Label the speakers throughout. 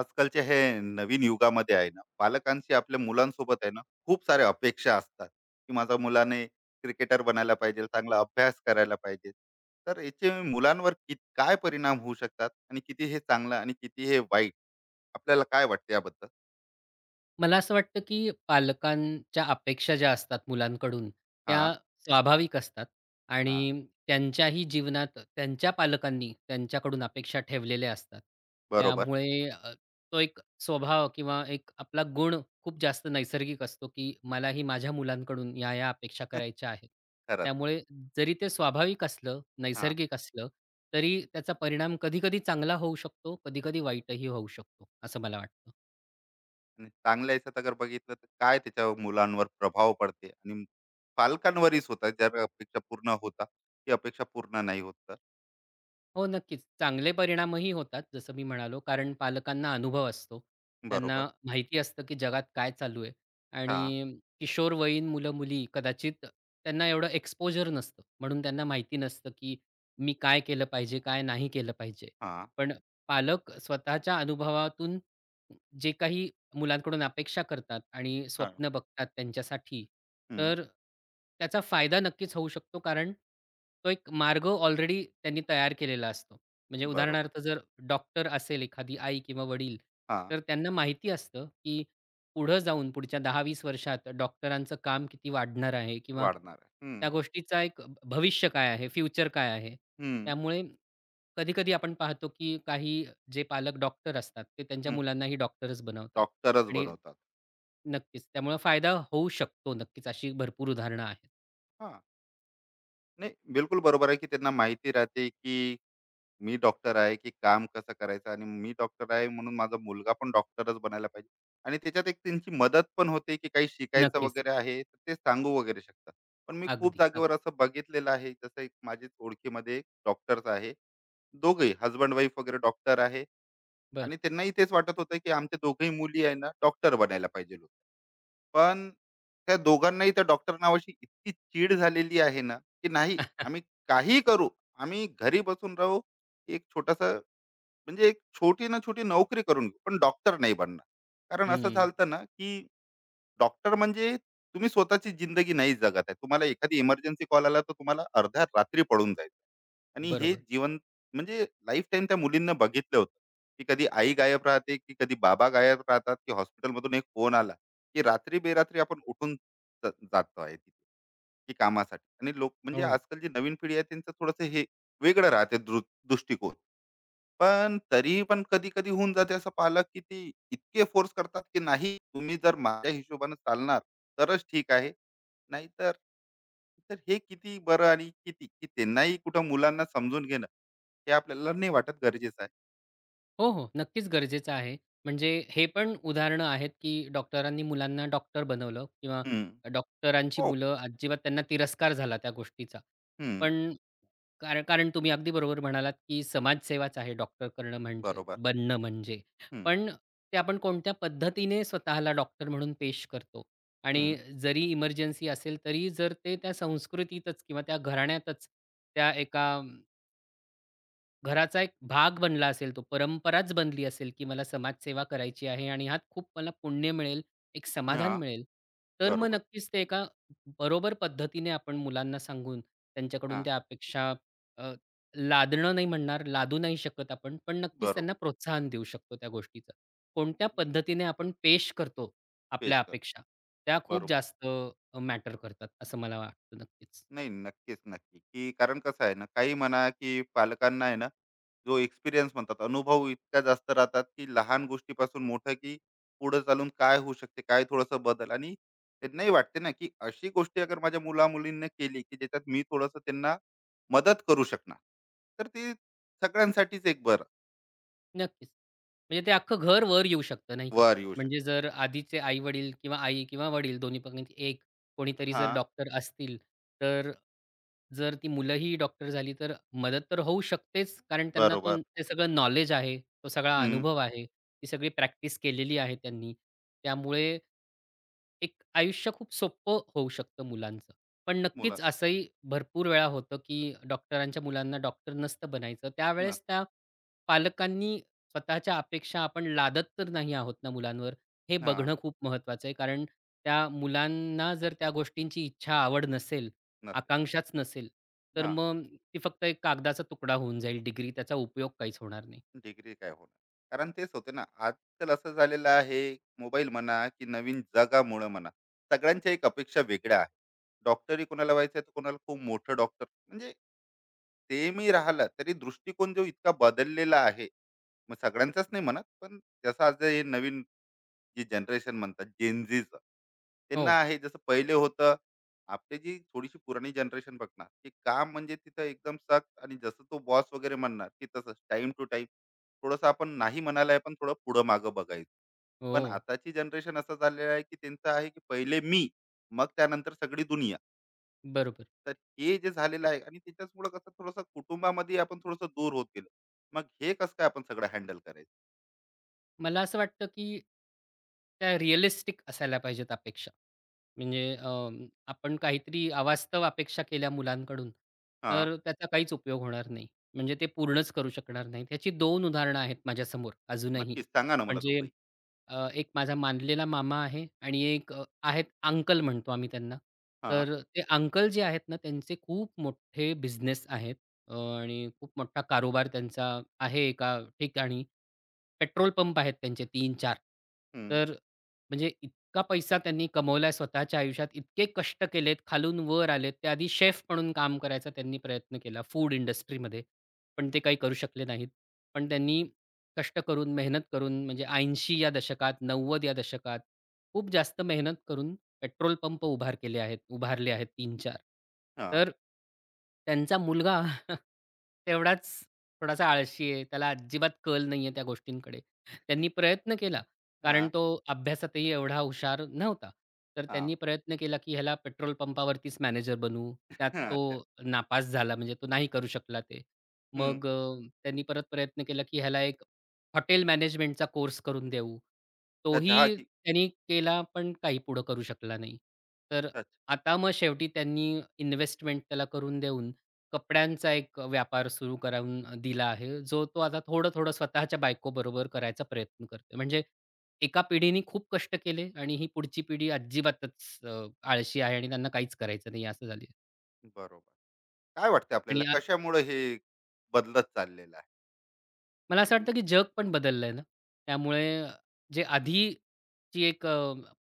Speaker 1: आजकालच्या हे नवीन युगामध्ये आहे ना, पालकांशी आपल्या मुलांसोबत आहे ना, खूप साऱ्या अपेक्षा असतात की माझ्या मुलाने क्रिकेटर बनायला पाहिजे, चांगला अभ्यास करायला पाहिजे. तर याचे मुलांवर काय परिणाम होऊ शकतात आणि किती हे चांगलं आणि किती हे वाईट, आपल्याला काय वाटतं याबद्दल?
Speaker 2: मला असं वाटतं, की पालकांच्या अपेक्षा ज्या असतात मुलांकडून,
Speaker 1: हा.
Speaker 2: त्या स्वाभाविक असतात
Speaker 1: हा.
Speaker 2: आणि त्यांच्याही जीवनात त्यांच्या पालकांनी त्यांच्याकडून अपेक्षा ठेवलेल्या असतात.
Speaker 1: बरोबर.
Speaker 2: त्यामुळे तो एक स्वभाव किंवा एक आपला गुण खूप जास्त नैसर्गिक असतो, की मलाही माझ्या मुलांकडून या-या अपेक्षा करायच्या आहेत.
Speaker 1: खरंच.
Speaker 2: त्यामुळे जरी ते स्वाभाविक असलं,
Speaker 1: हा.
Speaker 2: नैसर्गिक असलं, तरी त्याचा परिणाम कधी चांगला होऊ शकतो, कधी वाईटही होऊ शकतो, असं मला वाटतं.
Speaker 1: आणि चांगल्या याच्यात अगर बघितलं तर काय त्याच्या मुलांवर प्रभाव पडते, आणि पालकांवरच होता ज्या अपेक्षा पूर्ण होता, ती अपेक्षा पूर्ण नाही होत तर?
Speaker 2: हो, नक्कीच. चांगले परिणामही होतात जसं मी म्हणालो, कारण पालकांना अनुभव असतो.
Speaker 1: बरोबर.
Speaker 2: त्यांना माहिती असतं, की जगात काय चालू आहे
Speaker 1: हा.
Speaker 2: आणि किशोरवयीन मुलं-मुली कदाचित त्यांना एवढं एक्सपोजर नसतं. म्हणून त्यांना माहिती नसतं, की मी काय केलं पाहिजे, काय नाही केलं पाहिजे.
Speaker 1: हा.
Speaker 2: पण पालक स्वतःच्या अनुभवातून जे काही मुलांकडून अपेक्षा करतात आणि
Speaker 1: हां.
Speaker 2: स्वप्न बघतात त्यांच्यासाठी,
Speaker 1: हं.
Speaker 2: तर त्याचा फायदा नक्कीच होऊ शकतो. कारण तो एक मार्ग ऑलरेडी त्यांनी तयार केलेला असतो. म्हणजे
Speaker 1: बरोबर.
Speaker 2: उदाहरणार्थ जर डॉक्टर असेल एखादी आई किंवा वडील,
Speaker 1: हां,
Speaker 2: तर त्यांना माहिती असतं, की पुढं जाऊन पुढच्या 10-20 वर्षात डॉक्टरांचं काम किती वाढणार आहे किंवा
Speaker 1: वाढणार आहे. हं.
Speaker 2: त्या गोष्टीचा एक भविष्य काय आहे, फ्युचर काय आहे?
Speaker 1: हं.
Speaker 2: त्यामुळे कधी-कधी आपण पाहतो, की काही जे पालक डॉक्टर असतात, ते त्यांच्या
Speaker 1: हं.
Speaker 2: मुलांनाही डॉक्टरच बनवतात
Speaker 1: डॉक्टरच
Speaker 2: आणि
Speaker 1: बनवतात.
Speaker 2: नक्कीच. त्यामुळे फायदा होऊ शकतो नक्कीच. अशी भरपूर उदाहरणं आहेत.
Speaker 1: हां. नाही, बिलकुल बरोबर आहे, की त्यांना माहिती राहते, की मी डॉक्टर आहे, की काम कसं करायचं, आणि मी डॉक्टर आहे म्हणून माझा मुलगा पण डॉक्टरच बनायला पाहिजे. आणि त्याच्यात एक त्यांची मदत पण होते, की काही शिकायचं
Speaker 2: नक्कीच.
Speaker 1: वगैरे आहे, तर ते सांगू वगैरे शकतात. पण मी खूप
Speaker 2: अगदी,
Speaker 1: जागेवर
Speaker 2: अगदी.
Speaker 1: असं बघितलेलं आहे, जसं एक माझ्याच ओळखीमध्ये एक डॉक्टर्स आहे. दोघंही हसबंड-वाईफ वगैरे डॉक्टर आहे,
Speaker 2: बरं.
Speaker 1: आणि त्यांनाही तेच वाटत होतं, की आमच्या दोघंही मुली आहे ना, डॉक्टर बनायला पाहिजे. पण त्या दोघांनाही त्या डॉक्टर नावाशी इतकी चीड झालेली आहे ना, की नाही, आम्ही काही करू, आम्ही घरी बसून राहू, एक छोटासा म्हणजे एक छोटी ना छोटी नोकरी करून घेऊ, पण डॉक्टर नाही बनणार. कारण असं
Speaker 2: हं.
Speaker 1: झालं ना, की डॉक्टर म्हणजे तुम्ही स्वतःची जिंदगी नाही जगत आहे. तुम्हाला एखादी इमर्जन्सी कॉल आला, तर तुम्हाला अर्ध्या रात्री पळून जायचं. आणि हे
Speaker 2: बरोबर.
Speaker 1: जीवन म्हणजे लाईफ टाईम त्या मुलींना बघितलं होतं, की कधी आई गायब राहते, की कधी बाबा गायब राहतात, की हॉस्पिटलमधून एक फोन आला, की रात्री बेरात्री आपण उठून जातो आहे तिथे, की कामासाठी. आणि लोक म्हणजे
Speaker 2: हो.
Speaker 1: आजकाल जी नवीन पिढी आहे त्यांचं थोडंसं हे वेगळं राहते, दृष्टिकोन. पण तरी पण कधी कधी होऊन जाते असं पालक, की ते इतके फोर्स करतात की नाही, तुम्ही जर माझ्या हिशोबाने चालणार तरच ठीक आहे, नाहीतर. तर हे किती बरं आणि किती, की त्यांनाही कुठं मुलांना समजून घेणं, हे आपल्याला नाही वाटत गरजेचं आहे.
Speaker 2: हो, हो. नक्कीच गरजेचं आहे. म्हणजे हे पण उदाहरणं आहेत, की डॉक्टरांनी मुलांना डॉक्टर बनवलं किंवा
Speaker 1: हं.
Speaker 2: डॉक्टरांची
Speaker 1: हो.
Speaker 2: मुलं अजिबात त्यांना तिरस्कार झाला त्या गोष्टीचा.
Speaker 1: हं.
Speaker 2: पण कारण कारण तुम्ही अगदी बरोबर म्हणालात, की समाजसेवाच आहे डॉक्टर करणं म्हणजे,
Speaker 1: बरोबर.
Speaker 2: बनणं म्हणजे.
Speaker 1: हं, हं.
Speaker 2: पण ते आपण कोणत्या पद्धतीने स्वतःला डॉक्टर म्हणून पेश करतो
Speaker 1: हं.
Speaker 2: आणि जरी इमर्जन्सी असेल, तरी जर ते त्या संस्कृतीतच किंवा त्या घराण्यातच त्या एका घराचा एक भाग बनला असेल तो, परंपराच बनली असेल, की मला समाजसेवा करायची आहे आणि ह्यात खूप मला पुण्य मिळेल, एक समाधान मिळेल. तर मग
Speaker 1: बरोबर.
Speaker 2: नक्कीच ते एका बरोबर पद्धतीने आपण मुलांना सांगून त्यांच्याकडून
Speaker 1: हां.
Speaker 2: त्या अपेक्षा अ, लादणं नाही म्हणणार, लादू नाही शकत आपण, पण नक्कीच
Speaker 1: बरोबर.
Speaker 2: त्यांना प्रोत्साहन देऊ शकतो त्या गोष्टीचं. कोणत्या
Speaker 1: एक
Speaker 2: पद्धतीने आपण पेश करतो आपल्या
Speaker 1: पेश कर.
Speaker 2: अपेक्षा, त्या खूप
Speaker 1: बरोबर.
Speaker 2: जास्त मॅटर करतात असं मला वाटतं नक्कीच.
Speaker 1: नाही नक्कीच, नक्की, की कारण कसं आहे ना, काही म्हणा, की पालकांना आहे ना, जो एक्सपिरियन्स म्हणतात, अनुभव इतका जास्त राहतात, की लहान गोष्टीपासून मोठं, की पुढे चालून काय होऊ शकते, काय थोडंसं बदल. आणि त्यांनाही वाटते ना, की अशी गोष्टी अगर माझ्या मुला-मुलींनी केली, की ज्याच्यात मी थोडंसं त्यांना मदत करू शकणार. तर ती सगळ्यांसाठीच एक बरं.
Speaker 2: नक्कीच. म्हणजे ते अख्खं घर वर येऊ शकतं नाही का?
Speaker 1: वर येऊ शकते.
Speaker 2: म्हणजे जर आधीचे आई-वडील किंवा आई किंवा वडील दोन्हीपैकी एक कोणीतरी जर
Speaker 1: हां.
Speaker 2: डॉक्टर असतील, तर जर ती मुलंही डॉक्टर झाली, तर मदत तर होऊ शकतेच. कारण त्यांना तो
Speaker 1: बरोबर.
Speaker 2: ते सगळं नॉलेज आहे, तो सगळा
Speaker 1: हं.
Speaker 2: अनुभव आहे, ती सगळी प्रॅक्टिस केलेली आहे त्यांनी. त्यामुळे एक आयुष्य खूप सोपं होऊ शकतं मुलांचं. पण
Speaker 1: मुला.
Speaker 2: नक्कीच असंही भरपूर वेळा होतं, की डॉक्टरांच्या मुलांना डॉक्टर नसतं बनायचं.
Speaker 1: न.
Speaker 2: त्यावेळेस त्या पालकांनी स्वतःच्या अपेक्षा आपण लादत तर नाही आहोत ना मुलांवर, हे
Speaker 1: हां.
Speaker 2: बघणं खूप महत्त्वाचं आहे. कारण त्या मुलांना जर त्या गोष्टींची इच्छा, आवड नसेल,
Speaker 1: नसेल.
Speaker 2: आकांक्षाच नसेल, तर
Speaker 1: हां.
Speaker 2: मग ती फक्त एक कागदाचा तुकडा होऊन जाईल डिग्री. त्याचा उपयोग काहीच होणार नाही.
Speaker 1: डिग्री काय होणार? कारण तेच होते ना, आजकाल असं झालेलं आहे, मोबाईल म्हणा की नवीन जगामुळं म्हणा, सगळ्यांच्या एक अपेक्षा वेगळ्या आहे. डॉक्टरही कोणाला व्हायचं आहे, तर कोणाला खूप मोठं डॉक्टर म्हणजे, सेमही राहिलं, तरी दृष्टिकोन जो इतका बदललेला आहे. मग सगळ्यांचाच नाही म्हणत, पण जसं आज हे नवीन जे जनरेशन म्हणतात जेनझीच, त्यांना
Speaker 2: हो,
Speaker 1: आहे जसं पहिले होतं. आपली जी थोडीशी पुराणी जनरेशन बघणार, की काम म्हणजे तिथं एकदम सक्त, आणि जसं तो बॉस वगैरे म्हणणार की तसंच टाइम टू टाइम, थोडंसं आपण नाही म्हणालाय पण थोडं पुढं मागं बघायचं. पण
Speaker 2: हो,
Speaker 1: आताची जनरेशन असं झालेलं आहे, की त्यांचं आहे, की पहिले मी, मग त्यानंतर सगळी दुनिया.
Speaker 2: बरोबर.
Speaker 1: तर हे जे झालेलं आहे, आणि त्याच्याचमुळे कसं थोडंसं कुटुंबामध्ये आपण थोडंसं दूर होत गेलो, मग हे कसं काय आपण सगळं हँडल करायचं?
Speaker 2: मला असं वाटतं, की त्या रिअलिस्टिक असायला पाहिजेत अपेक्षा. म्हणजे आपण काहीतरी अवास्तव अपेक्षा केल्या मुलांकडून,
Speaker 1: हा.
Speaker 2: तर त्याचा काहीच उपयोग होणार नाही. म्हणजे ते पूर्णच करू शकणार नाहीत. ह्याची 2 उदाहरणं आहेत माझ्यासमोर अजूनही.
Speaker 1: नक्कीच सांगा ना मला
Speaker 2: म्हणजे
Speaker 1: दोघंही.
Speaker 2: एक माझा मानलेला मामा आहे आणि एक आहेत अंकल म्हणतो आम्ही त्यांना.
Speaker 1: हा.
Speaker 2: तर ते अंकल जे आहेत ना, त्यांचे खूप मोठे बिझनेस आहेत, अ, आणि खूप मोठा कारोबार त्यांचा आहे एका ठिकाणी. पेट्रोल पंप आहेत त्यांचे 3-4.
Speaker 1: हम्म.
Speaker 2: तर म्हणजे इतका पैसा त्यांनी कमवलाय स्वतःच्या आयुष्यात, इतके कष्ट केलेत, खालून वर आलेत. ते आधी शेफ म्हणून काम करायचा त्यांनी प्रयत्न केला फूड इंडस्ट्रीमध्ये, पण ते काही करू शकले नाहीत. पण त्यांनी कष्ट करून, मेहनत करून म्हणजे 80 या दशकात, 90 या दशकात खूप जास्त मेहनत करून पेट्रोल पंप उभारले आहेत 3-4.
Speaker 1: हा.
Speaker 2: तर त्यांचा मुलगा तेवढाच थोडासा आळशी आहे. त्याला अजिबात कल नाहीये त्या गोष्टींकडे. त्यांनी प्रयत्न केला, कारण
Speaker 1: हा.
Speaker 2: तो अभ्यासातही एवढा हुशार नव्हता. तर त्यांनी
Speaker 1: हां.
Speaker 2: प्रयत्न केला, की ह्याला पेट्रोल पंपावरतीच मॅनेजर बनवू. त्यात
Speaker 1: हं,
Speaker 2: तो
Speaker 1: अच्छा.
Speaker 2: नापास झाला म्हणजे तो नाही करू शकला ते.
Speaker 1: हं.
Speaker 2: मग त्यांनी परत प्रयत्न केला, की ह्याला एक हॉटेल मॅनेजमेंटचा कोर्स करून देऊ.
Speaker 1: अच्छा, हां,
Speaker 2: तोही
Speaker 1: की
Speaker 2: त्यांनी केला, पण काही पुढं करू शकला नाही. तर
Speaker 1: अच्छा.
Speaker 2: आता मग शेवटी त्यांनी इन्व्हेस्टमेंट त्याला करून देऊन कपड्यांचा एक व्यापार सुरू करून दिला आहे, जो तो आता थोडं-थोडं स्वतःच्या बायकोबरोबर करायचा प्रयत्न करतोय. म्हणजे एका पिढीने खूप कष्ट केले आणि ही पुढची पिढी अजिबातच अ, आळशी आहे आणि त्यांना काहीच करायचं नाही असं झालंय.
Speaker 1: बरोबर. काय वाटतं
Speaker 2: आणि
Speaker 1: आपल्याला, कशामुळे हे बदलत चाललेलं आहे?
Speaker 2: मला असं वाटतं, की जग पण बदललंय ना. त्यामुळे जे आधीची एक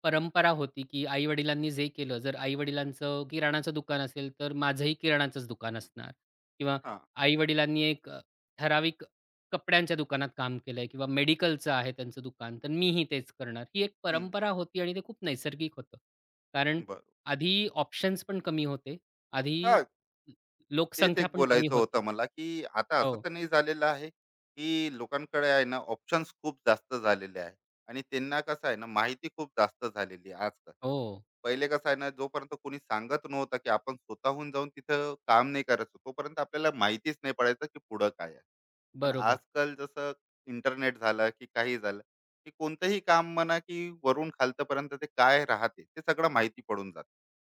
Speaker 2: परंपरा होती, की आई-वडिलांनी जे केलं, जर आई-वडिलांचं किराणाचं दुकान असेल, तर माझंही किराणाचंच दुकान असणार किंवा
Speaker 1: हां.
Speaker 2: आई-वडिलांनी एक ठराविक कपड्यांच्या दुकानात काम केलंय किंवा मेडिकलचं आहे त्यांचं दुकान, तर मीही तेच करणार. ही एक
Speaker 1: हं.
Speaker 2: परंपरा होती आणि ते खूप नैसर्गिक होतं. कारण
Speaker 1: बरोबर.
Speaker 2: आधी ऑप्शन्स पण कमी होते. आधी
Speaker 1: हां, तेच
Speaker 2: लोकसंख्या
Speaker 1: एक
Speaker 2: पण कमी
Speaker 1: बोलायचं
Speaker 2: होती.
Speaker 1: होतं मला, की आता असं
Speaker 2: हो,
Speaker 1: तर नाही झालेलं आहे, की लोकांकडे आहे ना ऑप्शन्स खूप जास्त झालेले आहे, आणि त्यांना कसं आहे ना माहिती खूप जास्त झालेली आहे आजकाल.
Speaker 2: हो,
Speaker 1: पहिले कसं आहे ना, जोपर्यंत कोणी सांगत नव्हतं, की आपण स्वतःहून जाऊन तिथं काम नाही करायचं, तोपर्यंत आपल्याला माहितीच नाही पडायचं, की पुढं काय आहे? पण
Speaker 2: बरोबर.
Speaker 1: आजकाल जसं इंटरनेट झालं की काही झालं, की कोणतंही काम म्हणा की वरून खालतपर्यंत ते काय राहते ते सगळं माहिती पडून जाते.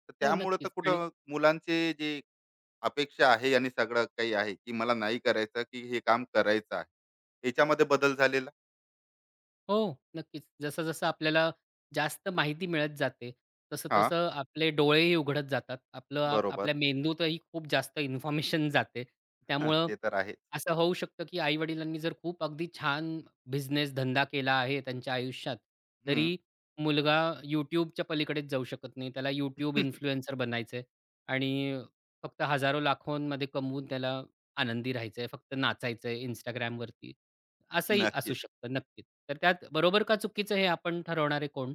Speaker 1: तर
Speaker 2: हो,
Speaker 1: त्यामुळे तर
Speaker 2: नक्कीच. आणि
Speaker 1: कुठं मुलांचे जे अपेक्षा आहे आणि सगळं काही आहे, की मला नाही करायचं की हे काम करायचं आहे, याच्यामध्ये बदल झालेला.
Speaker 2: हो, नक्कीच. जसं-जसं आपल्याला जास्त माहिती मिळत जाते,
Speaker 1: हा.
Speaker 2: तसं-तसं आपले डोळेही उघडत जातात.
Speaker 1: बरोबर.
Speaker 2: आपल्या मेंदूतही खूप जास्त इन्फॉर्मेशन जाते.
Speaker 1: हा,
Speaker 2: त्यामुळं
Speaker 1: ते तर आहे.
Speaker 2: असं होऊ शकतं, की आई-वडिलांनी जर खूप अगदी छान बिझनेस धंदा केला आहे त्यांच्या आयुष्यात,
Speaker 1: हम्म.
Speaker 2: तरी मुलगा YouTubeच्या पलीकडेच जाऊ शकत नाही. त्याला यूट्यूब इन्फ्लुएन्सर बनायचं आहे आणि फक्त हजारो लाखोंमध्ये कमवून त्याला आनंदी राहायचं फक्त नाचायचं आहे असंही असू
Speaker 1: नक्कीच.
Speaker 2: शकतं नक्कीच. तर त्यात बरोबर का चुकीचं हे आपण ठरवणारे कोण?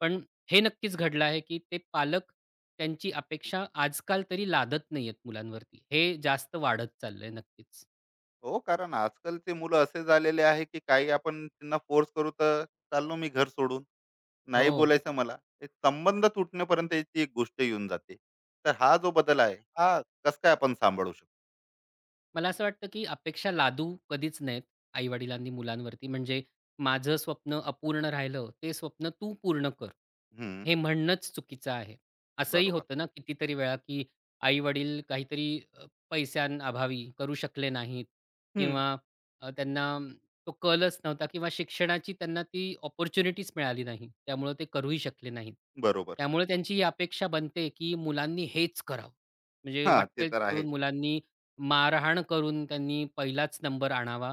Speaker 2: पण हे नक्कीच घडलं आहे, की ते पालक त्यांची अपेक्षा आजकाल तरी लादत नाहीयेत मुलांवरती. हे जास्त वाढत चाललंय नक्कीच.
Speaker 1: हो, कारण आजकालचे मुलं असे झालेले आहे, की काही आपण त्यांना फोर्स करू, तर चाललो मी घर सोडून, नाही
Speaker 2: हो.
Speaker 1: बोलायचं मला. एक संबंध तुटण्यापर्यंत ती एक गोष्ट येऊन जाते. तर हा जो बदल आहे, हा कसं काय आपण सांभाळू शकतो?
Speaker 2: मला असं वाटतं, की अपेक्षा लादू कधीच नाहीत आई-वडिलांनी मुलांवरती. म्हणजे माझं स्वप्न अपूर्ण राहिलं, ते स्वप्न तू पूर्ण कर.
Speaker 1: हं,
Speaker 2: हे म्हणणंच चुकीचं आहे. असंही
Speaker 1: बरोबर.
Speaker 2: होतं ना कितीतरी वेळा, की आई-वडील काहीतरी अ, पैशांअभावी करू शकले नाहीत
Speaker 1: हं,
Speaker 2: किंवा त्यांना तो कलच नव्हता किंवा शिक्षणाची त्यांना ती अपॉर्च्युनिटीच मिळाली नाही. त्यामुळं ते करूही शकले नाहीत.
Speaker 1: बरोबर.
Speaker 2: त्यामुळे त्यांची ही अपेक्षा बनते, की मुलांनी हेच करावं. म्हणजे
Speaker 1: हां, ते
Speaker 2: वाटेल
Speaker 1: तर
Speaker 2: ते
Speaker 1: आहे.
Speaker 2: करून मुलांनी मारहाण करून त्यांनी पहिलाच नंबर आणावा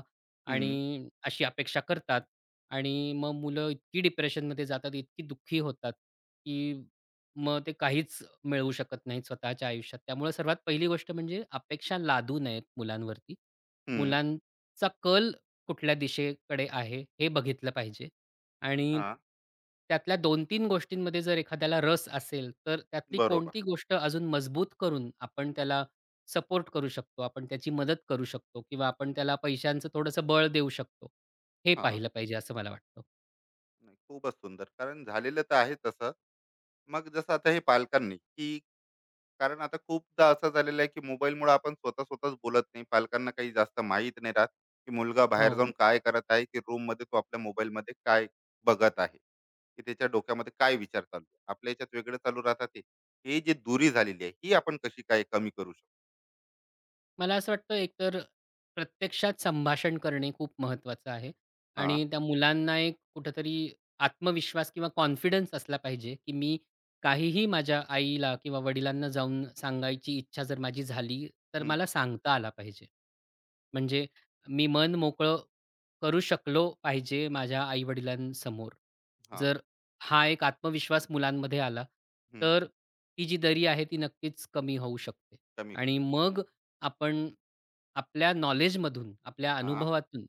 Speaker 1: हं,
Speaker 2: आणि अशी अपेक्षा करतात आणि मग मुलं इतकी डिप्रेशनमध्ये जातात, इतकी दुःखी होतात, की मग ते काहीच मिळवू शकत नाहीत स्वतःच्या आयुष्यात. त्यामुळे सर्वात पहिली गोष्ट म्हणजे अपेक्षा लादू नयेत मुलांवरती.
Speaker 1: हं.
Speaker 2: मुलांचा कल कुठल्या दिशेकडे आहे हे बघितलं पाहिजे आणि
Speaker 1: हां,
Speaker 2: त्यातल्या 2-3 गोष्टींमध्ये जर एखाद्याला रस असेल, तर त्यातली
Speaker 1: बरोबर.
Speaker 2: कोणती गोष्ट अजून मजबूत करून आपण त्याला सपोर्ट करू शकतो, आपण त्याची मदत करू शकतो किंवा आपण त्याला पैशांचं थोडंसं बळ देऊ शकतो. हे
Speaker 1: हां,
Speaker 2: पाहिलं पाहिजे असं मला वाटतं.
Speaker 1: नाही खूपच सुंदर. कारण झालेलं तर आहे तसं. मग जसं आता हे पालकांनी, की कारण आता खूपदा असं झालेलं आहे, की मोबाईलमुळे आपण स्वतःच बोलत नाही. पालकांना काही जास्त माहीत नाही राहत, की मुलगा बाहेर
Speaker 2: हो.
Speaker 1: जाऊन काय करत आहे, की रूममध्ये तो आपल्या मोबाईलमध्ये काय बघत आहे, की त्याच्या डोक्यामध्ये काय विचार चालू आहे. आपल्या ह्याच्यात वेगळं चालू राहतात ते. ही जी दूरी झालेली आहे, ही आपण कशी काय कमी करू शकतो?
Speaker 2: मला असं वाटतं एकतर प्रत्यक्षात संभाषण करणे खूप महत्त्वाचं आहे
Speaker 1: हां.
Speaker 2: आणि त्या मुलांना एक कुठेतरी आत्मविश्वास किंवा कॉन्फिडन्स असला पाहिजे, की मी काहीही माझ्या आईला किंवा वडिलांना जाऊन सांगायची इच्छा जर माझी झाली, तर
Speaker 1: हं.
Speaker 2: मला सांगता आला पाहिजे. म्हणजे मी मन मोकळं करू शकलो पाहिजे माझ्या आई
Speaker 1: हां.
Speaker 2: जर हा एक आत्मविश्वास मुलांमध्ये आला,
Speaker 1: हं.
Speaker 2: तर ही जी दरी आहे ती नक्कीच कमी होऊ शकते
Speaker 1: कमी होऊ
Speaker 2: आणि
Speaker 1: शकते.
Speaker 2: मग आपण आपल्या नॉलेजमधून, आपल्या
Speaker 1: हां.
Speaker 2: अनुभवातून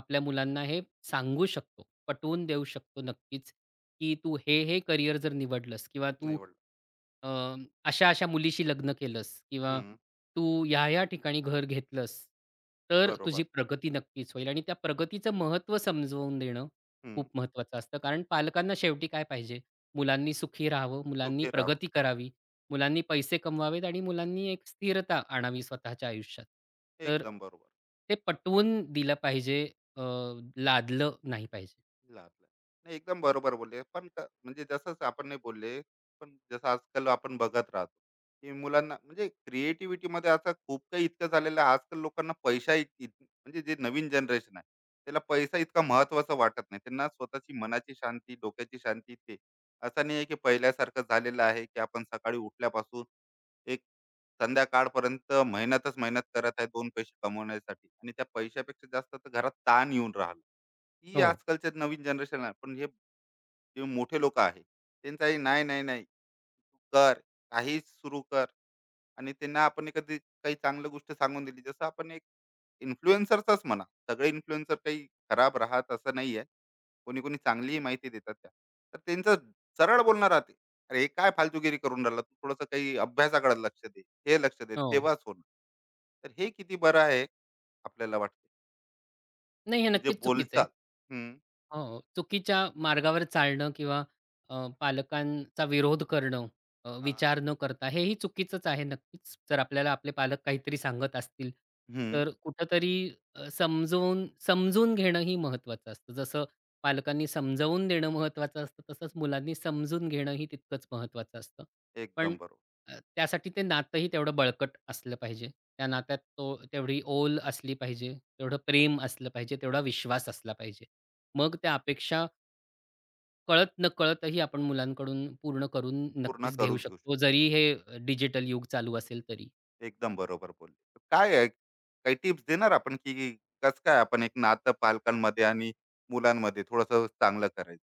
Speaker 2: आपल्या मुलांना हे सांगू शकतो, पटवून देऊ शकतो नक्कीच, की "तू हे, हे करियर जर निवडलंस किंवा तू
Speaker 1: निवडलं.
Speaker 2: अ, अशा-अशा मुलीशी लग्न केलंस किंवा
Speaker 1: हं.
Speaker 2: तू ह्या-ह्या ठिकाणी घर घेतलंस, तर
Speaker 1: बरोबर.
Speaker 2: तुझी प्रगती नक्कीच होईल." आणि त्या प्रगतीचं महत्त्व समजवून देणं
Speaker 1: हं.
Speaker 2: खूप महत्त्वाचं असतं. कारण पालकांना शेवटी काय पाहिजे? मुलांनी सुखी राहावं, मुलांनी
Speaker 1: सुखी राहावं.
Speaker 2: प्रगती करावी मुलांनी पैसे कमवावेत आणि मुलांनी एक स्थिरता आणावी स्वतःच्या आयुष्यात. तर
Speaker 1: एकदम बरोबर.
Speaker 2: ते पटवून दिलं पाहिजे, अ, लादलं नाही पाहिजे.
Speaker 1: लागलं. नाही, एकदम बरोबर बोलले. पण क म्हणजे जसंच आपण नाही बोलले, पण जसं आजकाल आपण बघत राहतो, की मुलांना म्हणजे क्रिएटिव्हिटीमध्ये आता खूप काही इतकं झालेलं आहे. आजकाल लोकांना पैसा इत इत म्हणजे जे नवीन जनरेशन आहे, त्याला पैसा इतका महत्त्वाचा वाटत नाही. त्यांना स्वतःची मनाची शांती, डोक्याची शांती ते. असं नाही आहे, की पहिल्यासारखं झालेलं आहे, की आपण सकाळी उठल्यापासून एक संध्याकाळपर्यंत मेहनत करत आहे 2 पैसे कमवण्यासाठी, आणि त्या पैशापेक्षा जास्त तर घरात ताण येऊन राहिला. ही
Speaker 2: हो,
Speaker 1: आजकालच्या नवीन जनरेशन आहे, पण हे जे मोठे लोक आहे त्यांचा हे नाही नाही नाही तू कर, काहीच सुरू कर. आणि त्यांना आपण एखादी काही चांगली गोष्ट सांगून दिली, जसं आपण एक इन्फ्लुएन्सरचाच म्हणा, सगळे इन्फ्लुएन्सर काही खराब राहत असं नाही आहे, कोणी कोणी चांगलीही माहिती देतात त्या. तर त्यांचं सरळ बोलणं राहते, अरे हे काय फालतूगिरी करून राहिला तू, थोडंसं काही अभ्यासाकडे लक्ष दे, हे लक्ष दे
Speaker 2: हो.
Speaker 1: तेव्हाच होणार. तर हे किती बरं आहे आपल्याला वाटते,
Speaker 2: नाही हे
Speaker 1: की जे
Speaker 2: नक्कीच चुकीचं आहे.
Speaker 1: बोलचाल? हम्म.
Speaker 2: हो, चुकीच्या मार्गावर चालणं किंवा पालकांचा विरोध करणं,
Speaker 1: हा.
Speaker 2: विचार न करता हेही चुकीचंच आहे नक्कीच. जर आपल्याला आपले पालक काहीतरी सांगत असतील,
Speaker 1: हम्म.
Speaker 2: तर कुठेतरी समजवून समजून घेणंही महत्त्वाचं असतं. जसं पालकांनी समजावून देणं महत्त्वाचं असतं, तसंच मुलांनी समजून घेणंही तितकंच महत्त्वाचं असतं. पण
Speaker 1: एकदम बरोबर.
Speaker 2: त्यासाठी ते नातंही तेवढं बळकट असलं पाहिजे. त्या नात्यात तो तेवढी ओल असली पाहिजे, तेवढं प्रेम असलं पाहिजे, तेवढा विश्वास असला पाहिजे. मग त्या अपेक्षा कळत-नकळतही आपण मुलांकडून पूर्ण करून
Speaker 1: पूर्ण
Speaker 2: नक्कीच घेऊ
Speaker 1: करून घेऊ शकतो.
Speaker 2: शकतो, जरी हे डिजिटल युग चालू असेल तरी.
Speaker 1: एकदम बरोबर बोलले. तर काय आहे, काही टिप्स देणार आपण, की कसं काय आपण एक नातं पालकांमध्ये आणि मुलांमध्ये थोडंसं चांगलं करायचं?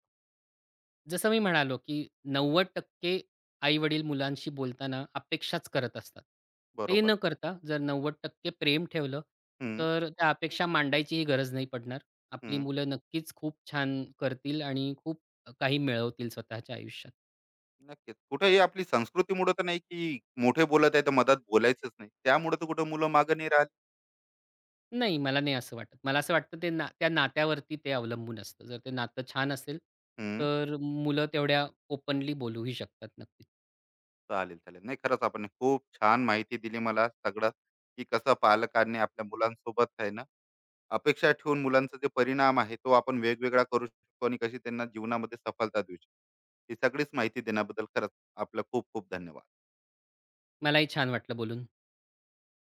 Speaker 2: जसं मी म्हणालो, की 90% आई-वडील मुलांशी बोलताना अपेक्षाच करत असतात. ते
Speaker 1: बरोबर.
Speaker 2: न करता जर 90% प्रेम ठेवलं,
Speaker 1: हं,
Speaker 2: तर त्या अपेक्षा मांडायचीही गरज नाही पडणार. आपली
Speaker 1: हं.
Speaker 2: मुलं नक्कीच खूप छान करतील आणि खूप काही मिळवतील स्वतःच्या आयुष्यात.
Speaker 1: नक्कीच. कुठे ही आपली संस्कृतीमुळे तर नाही, की मोठे बोलत आहे तर मधात बोलायचंच नाही. त्यामुळे तर कुठं मुलं मागे नाही राहिली.
Speaker 2: नाही, मला नाही असं वाटत. मला असं वाटतं ते ना त्या नात्यावरती ते अवलंबून असतं. जर ते नातं छान असेल,
Speaker 1: हं.
Speaker 2: तर मुलं तेवढ्या ओपनली बोलूही शकतात नक्कीच.
Speaker 1: चालेल, चालेल. नाही, खरंच आपण खूप छान माहिती दिली मला सगळं, की कसं पालकांनी आपल्या मुलांसोबत आहे ना अपेक्षा ठेवून मुलांचा जे परिणाम आहे तो आपण वेगवेगळा करू शकतो, आणि कशी त्यांना जीवनामध्ये सफलता देऊ शकतो. ही सगळीच माहिती देण्याबद्दल खरंच आपलं खूप खूप धन्यवाद.
Speaker 2: मलाही छान वाटलं बोलून.